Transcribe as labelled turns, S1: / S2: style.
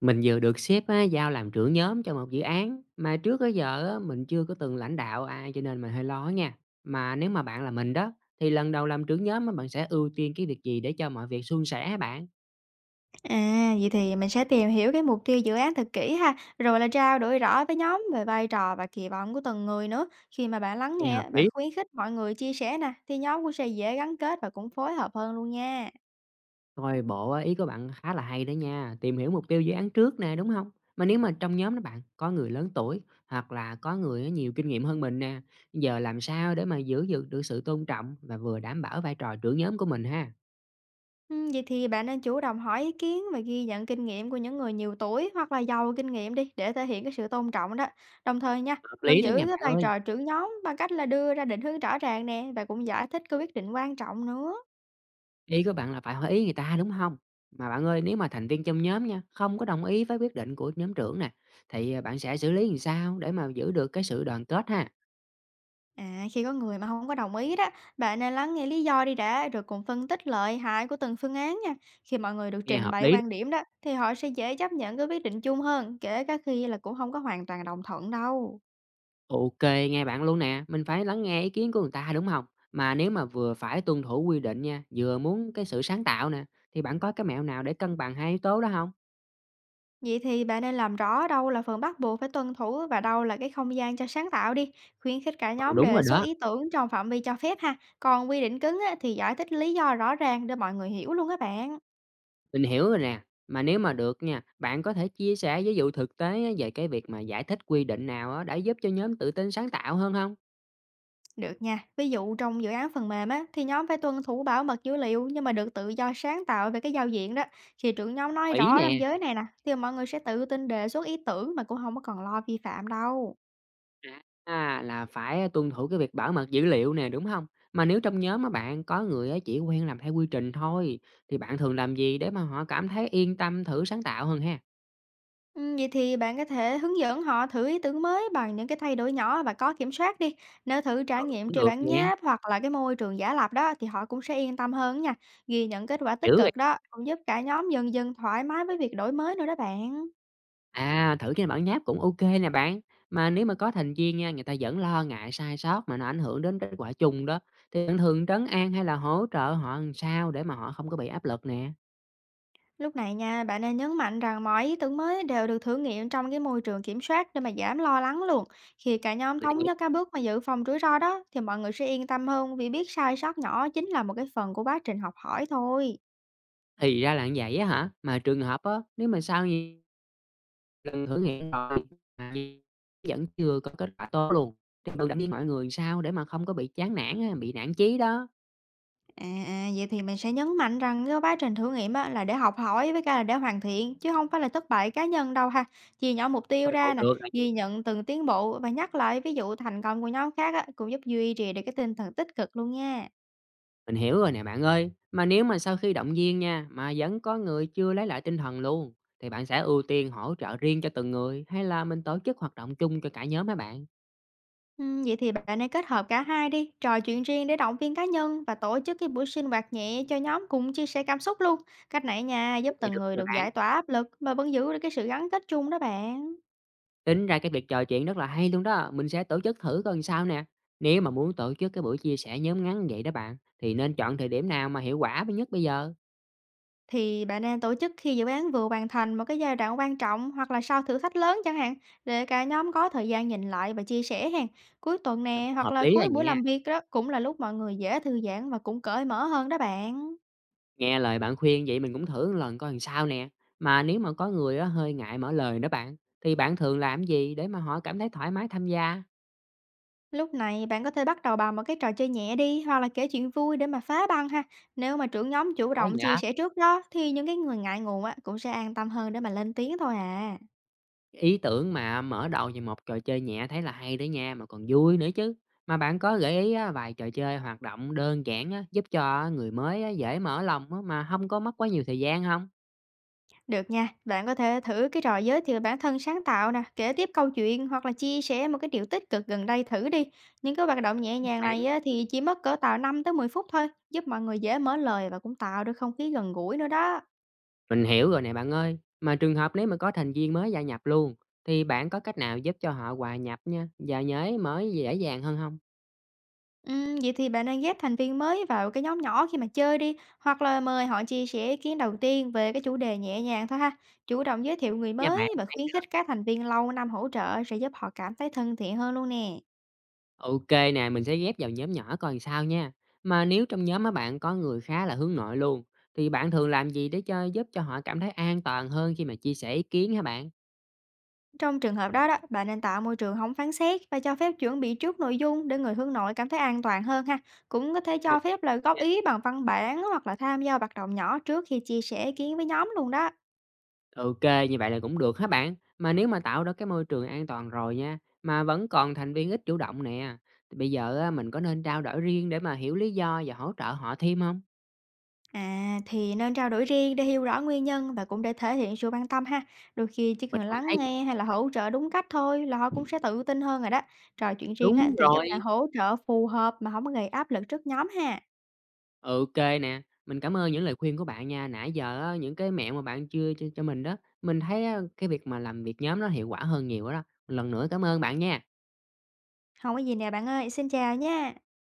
S1: Mình vừa được sếp á, giao làm trưởng nhóm cho một dự án mà trước tới giờ á, mình chưa có từng lãnh đạo ai cho nên mình hơi lo nha. Mà nếu mà bạn là mình đó thì lần đầu làm trưởng nhóm á, bạn sẽ ưu tiên cái việc gì để cho mọi việc suôn sẻ hả bạn?
S2: À, vậy thì mình sẽ tìm hiểu cái mục tiêu dự án thật kỹ ha, rồi là trao đổi rõ với nhóm về vai trò và kỳ vọng của từng người nữa. Khi mà bạn lắng
S1: Nghe hợp
S2: nghe, bạn
S1: lý.
S2: khuyến khích mọi người chia sẻ nè, thì nhóm cũng sẽ dễ gắn kết và cũng phối hợp hơn luôn nha.
S1: Coi bộ á, ý của bạn khá là hay đó nha. Tìm hiểu mục tiêu dự án trước nè đúng không? Mà nếu mà trong nhóm đó bạn có người lớn tuổi hoặc là có người á, nhiều kinh nghiệm hơn mình nè, giờ làm sao để mà giữ được sự tôn trọng và vừa đảm bảo vai trò trưởng nhóm của mình ha?
S2: Ừ, vậy thì bạn nên chủ động hỏi ý kiến và ghi nhận kinh nghiệm của những người nhiều tuổi hoặc là giàu kinh nghiệm đi để thể hiện cái sự tôn trọng đó. Đồng thời nha,
S1: Hợp
S2: vẫn
S1: lý đó
S2: giữ
S1: nè
S2: cái
S1: bạn
S2: vai
S1: ơi.
S2: trò trưởng nhóm bằng cách là đưa ra định hướng rõ ràng nè và cũng giải thích cái quyết định quan trọng nữa.
S1: Ý của bạn là phải hỏi ý người ta, đúng không? Mà bạn ơi, nếu mà thành viên trong nhóm nha, không có đồng ý với quyết định của nhóm trưởng nè, thì, bạn sẽ xử lý làm sao để mà giữ được cái sự đoàn kết ha?
S2: À, khi có người mà không có đồng ý đó, bạn nên lắng nghe lý do đi đã, rồi cùng phân tích lợi hại của từng phương án nha. Khi mọi người được
S1: Nghe
S2: trình
S1: hợp
S2: bày
S1: lý.
S2: quan điểm đó, thì họ sẽ dễ chấp nhận cái quyết định chung hơn, kể cả khi là cũng không có hoàn toàn đồng thuận đâu.
S1: Ô kê, nghe bạn luôn nè, mình phải lắng nghe ý kiến của người ta, đúng không? Mà nếu mà vừa phải tuân thủ quy định nha, vừa muốn cái sự sáng tạo nè, thì bạn có cái mẹo nào để cân bằng hai yếu tố đó không?
S2: Vậy thì bạn nên làm rõ đâu là phần bắt buộc phải tuân thủ và đâu là cái không gian cho sáng tạo đi. Khuyến khích cả
S1: Ừ,
S2: nhóm
S1: đúng rồi
S2: đề xuất
S1: đó,
S2: ý tưởng trong phạm vi cho phép ha. Còn quy định cứng á, thì giải thích lý do rõ ràng để mọi người hiểu luôn các bạn.
S1: mình hiểu rồi nè. Mà nếu mà được nha, bạn có thể chia sẻ ví dụ thực tế á về cái việc mà giải thích quy định nào á đã giúp cho nhóm tự tin sáng tạo hơn không?
S2: Được nha. Ví dụ trong dự án phần mềm á, thì nhóm phải tuân thủ bảo mật dữ liệu nhưng mà được tự do sáng tạo về cái giao diện đó. Thì trưởng nhóm nói
S1: Mỹ
S2: rõ
S1: nè,
S2: ranh giới này nè, thì mọi người sẽ tự tin đề xuất ý tưởng mà cũng không có còn lo vi phạm đâu.
S1: là phải tuân thủ cái việc bảo mật dữ liệu nè, đúng không? Mà nếu trong nhóm mà bạn có người á chỉ quen làm theo quy trình thôi, thì bạn thường làm gì để mà họ cảm thấy yên tâm thử sáng tạo hơn ha?
S2: Ừ, vậy thì bạn có thể hướng dẫn họ thử ý tưởng mới bằng những cái thay đổi nhỏ và có kiểm soát đi. Nếu thử
S1: Ừ.
S2: trải nghiệm
S1: Cũng
S2: trên
S1: được
S2: bản
S1: nè,
S2: nháp hoặc là cái môi trường giả lập đó thì họ cũng sẽ yên tâm hơn nha. Ghi nhận kết quả
S1: thử
S2: tích
S1: rồi
S2: cực đó cũng giúp cả nhóm dần dần thoải mái với việc đổi mới nữa đó bạn.
S1: thử cái bản nháp cũng ok nè bạn. Mà nếu mà có thành viên nha, người ta vẫn lo ngại sai sót mà nó ảnh hưởng đến kết quả chung đó, thì bạn thường trấn an hay là hỗ trợ họ làm sao để mà họ không có bị áp lực nè?
S2: Lúc này nha, bạn nên nhấn mạnh rằng mọi ý tưởng mới đều được thử nghiệm trong cái môi trường kiểm soát để mà giảm lo lắng luôn. Khi cả nhóm
S1: Mình
S2: thống
S1: hiểu.
S2: nhất các bước mà dự phòng rủi ro đó thì mọi người sẽ yên tâm hơn vì biết sai sót nhỏ chính là một cái phần của quá trình học hỏi thôi.
S1: Thì ra là như vậy á hả? Mà trường hợp á, nếu mà sau nhiều lần thử nghiệm rồi mà vẫn chưa có kết quả tốt luôn, thì tự động viên mọi người sao để mà không có bị chán nản á, bị nản chí đó.
S2: À, vậy thì mình sẽ nhấn mạnh rằng cái quá trình thử nghiệm á, là để học hỏi với cả là để hoàn thiện chứ không phải là thất bại cá nhân đâu ha. Chia nhỏ mục tiêu
S1: Coi khổ
S2: ra nè,
S1: được à chứ.
S2: ghi nhận từng tiến bộ và nhắc lại ví dụ thành công của nhóm khác á, cũng giúp duy trì được cái tinh thần tích cực luôn nha.
S1: Mình hiểu rồi nè bạn ơi, mà nếu mà sau khi động viên nha, mà vẫn có người chưa lấy lại tinh thần luôn, thì bạn sẽ ưu tiên hỗ trợ riêng cho từng người hay là mình tổ chức hoạt động chung cho cả nhóm hả bạn?
S2: Vậy thì bạn nên kết hợp cả hai đi, trò chuyện riêng để động viên cá nhân và tổ chức cái buổi sinh hoạt nhẹ cho nhóm cùng chia sẻ cảm xúc luôn. Cách này nha,
S1: Thế
S2: giúp
S1: thì
S2: từng
S1: được
S2: người
S1: rồi
S2: được
S1: bạn.
S2: giải tỏa áp lực mà vẫn giữ được cái sự gắn kết chung đó bạn.
S1: Tính ra cái việc trò chuyện rất là hay luôn đó, mình sẽ tổ chức thử coi sao nè. Nếu mà muốn tổ chức cái buổi chia sẻ nhóm ngắn vậy đó bạn, thì nên chọn thời điểm nào mà hiệu quả b nhất bây giờ?
S2: Thì bạn nên tổ chức khi dự án vừa hoàn thành một cái giai đoạn quan trọng hoặc là sau thử thách lớn chẳng hạn, để cả nhóm có thời gian nhìn lại và chia sẻ hàng. Cuối tuần nè,
S1: Phù.
S2: hoặc
S1: Hợp
S2: là
S1: lý là
S2: cuối buổi
S1: nha.
S2: làm việc đó cũng là lúc mọi người dễ thư giãn và cũng cởi mở hơn đó bạn.
S1: Nghe lời bạn khuyên vậy mình cũng thử một lần coi làm sao nè. Mà nếu mà có người á, hơi ngại mở lời đó bạn, thì bạn thường làm gì để mà họ cảm thấy thoải mái tham gia?
S2: Lúc này bạn có thể bắt đầu bằng một cái trò chơi nhẹ đi hoặc là kể chuyện vui để mà phá băng ha. Nếu mà trưởng nhóm chủ
S1: Có
S2: động chia
S1: dạ.
S2: sẻ trước đó thì những cái người ngại ngùng á cũng sẽ an tâm hơn để mà lên tiếng thôi à.
S1: Ý tưởng mà mở đầu về một trò chơi nhẹ thấy là hay đấy nha, mà còn vui nữa chứ. Mà bạn có gợi ý á, vài trò chơi hoạt động đơn giản á, giúp cho người mới á, dễ mở lòng á, mà không có mất quá nhiều thời gian không?
S2: Được nha, bạn có thể thử cái trò giới thiệu bản thân sáng tạo nè, kể tiếp câu chuyện hoặc là chia sẻ một cái điều tích cực gần đây thử đi. Những cái hoạt động nhẹ nhàng
S1: Bạn.
S2: này á, thì chỉ mất cỡ tạo 5 tới 10 phút thôi, giúp mọi người dễ mở lời và cũng tạo được không khí gần gũi nữa đó.
S1: Mình hiểu rồi nè bạn ơi. Mà trường hợp nếu mà có thành viên mới gia nhập luôn, thì bạn có cách nào giúp cho họ hòa nhập nha và nhớ mới dễ dàng hơn không?
S2: Vậy thì bạn nên ghép thành viên mới vào cái nhóm nhỏ khi mà chơi đi, hoặc là mời họ chia sẻ ý kiến đầu tiên về cái chủ đề nhẹ nhàng thôi ha. Chủ động giới thiệu người
S1: Nha
S2: mới
S1: bạn,
S2: và
S1: hay
S2: khuyến
S1: đó.
S2: khích các thành viên lâu năm hỗ trợ sẽ giúp họ cảm thấy thân thiện hơn luôn nè.
S1: Ô nè, mình sẽ ghép vào nhóm nhỏ coi làm sao nha. Mà nếu trong nhóm á bạn có người khá là hướng nội luôn, thì bạn thường làm gì để cho giúp cho họ cảm thấy an toàn hơn khi mà chia sẻ ý kiến hả bạn?
S2: Trong trường hợp đó đó, bạn nên tạo môi trường không phán xét và cho phép chuẩn bị trước nội dung để người hướng nội cảm thấy an toàn hơn ha. Cũng có thể
S1: Mình.
S2: cho phép lời góp ý bằng văn bản hoặc là tham gia hoạt động nhỏ trước khi chia sẻ ý kiến với nhóm luôn đó.
S1: ô Như vậy là cũng được hả bạn? Mà nếu mà tạo ra cái môi trường an toàn rồi nha, mà vẫn còn thành viên ít chủ động nè, thì bây giờ á mình có nên trao đổi riêng để mà hiểu lý do và hỗ trợ họ thêm không?
S2: À, thì nên trao đổi riêng để hiểu rõ nguyên nhân và cũng để thể hiện sự quan tâm ha. Đôi khi chỉ
S1: Mình
S2: cần
S1: cũng
S2: lắng
S1: thấy
S2: nghe hay là hỗ trợ đúng cách thôi là họ cũng sẽ tự tin hơn rồi đó. Trò chuyện riêng á,
S1: đúng
S2: thì giúp bạn
S1: rồi.
S2: hỗ trợ phù hợp mà không có gây áp lực trước nhóm ha.
S1: Ừ, OK nè, mình cảm ơn những lời khuyên của bạn nha. Nãy giờ á, những cái mẹo mà bạn chưa cho mình đó, mình thấy á, cái việc mà làm việc nhóm nó hiệu quả hơn nhiều đó. Lần nữa cảm ơn bạn nha.
S2: Không có gì nè bạn ơi, xin chào nha.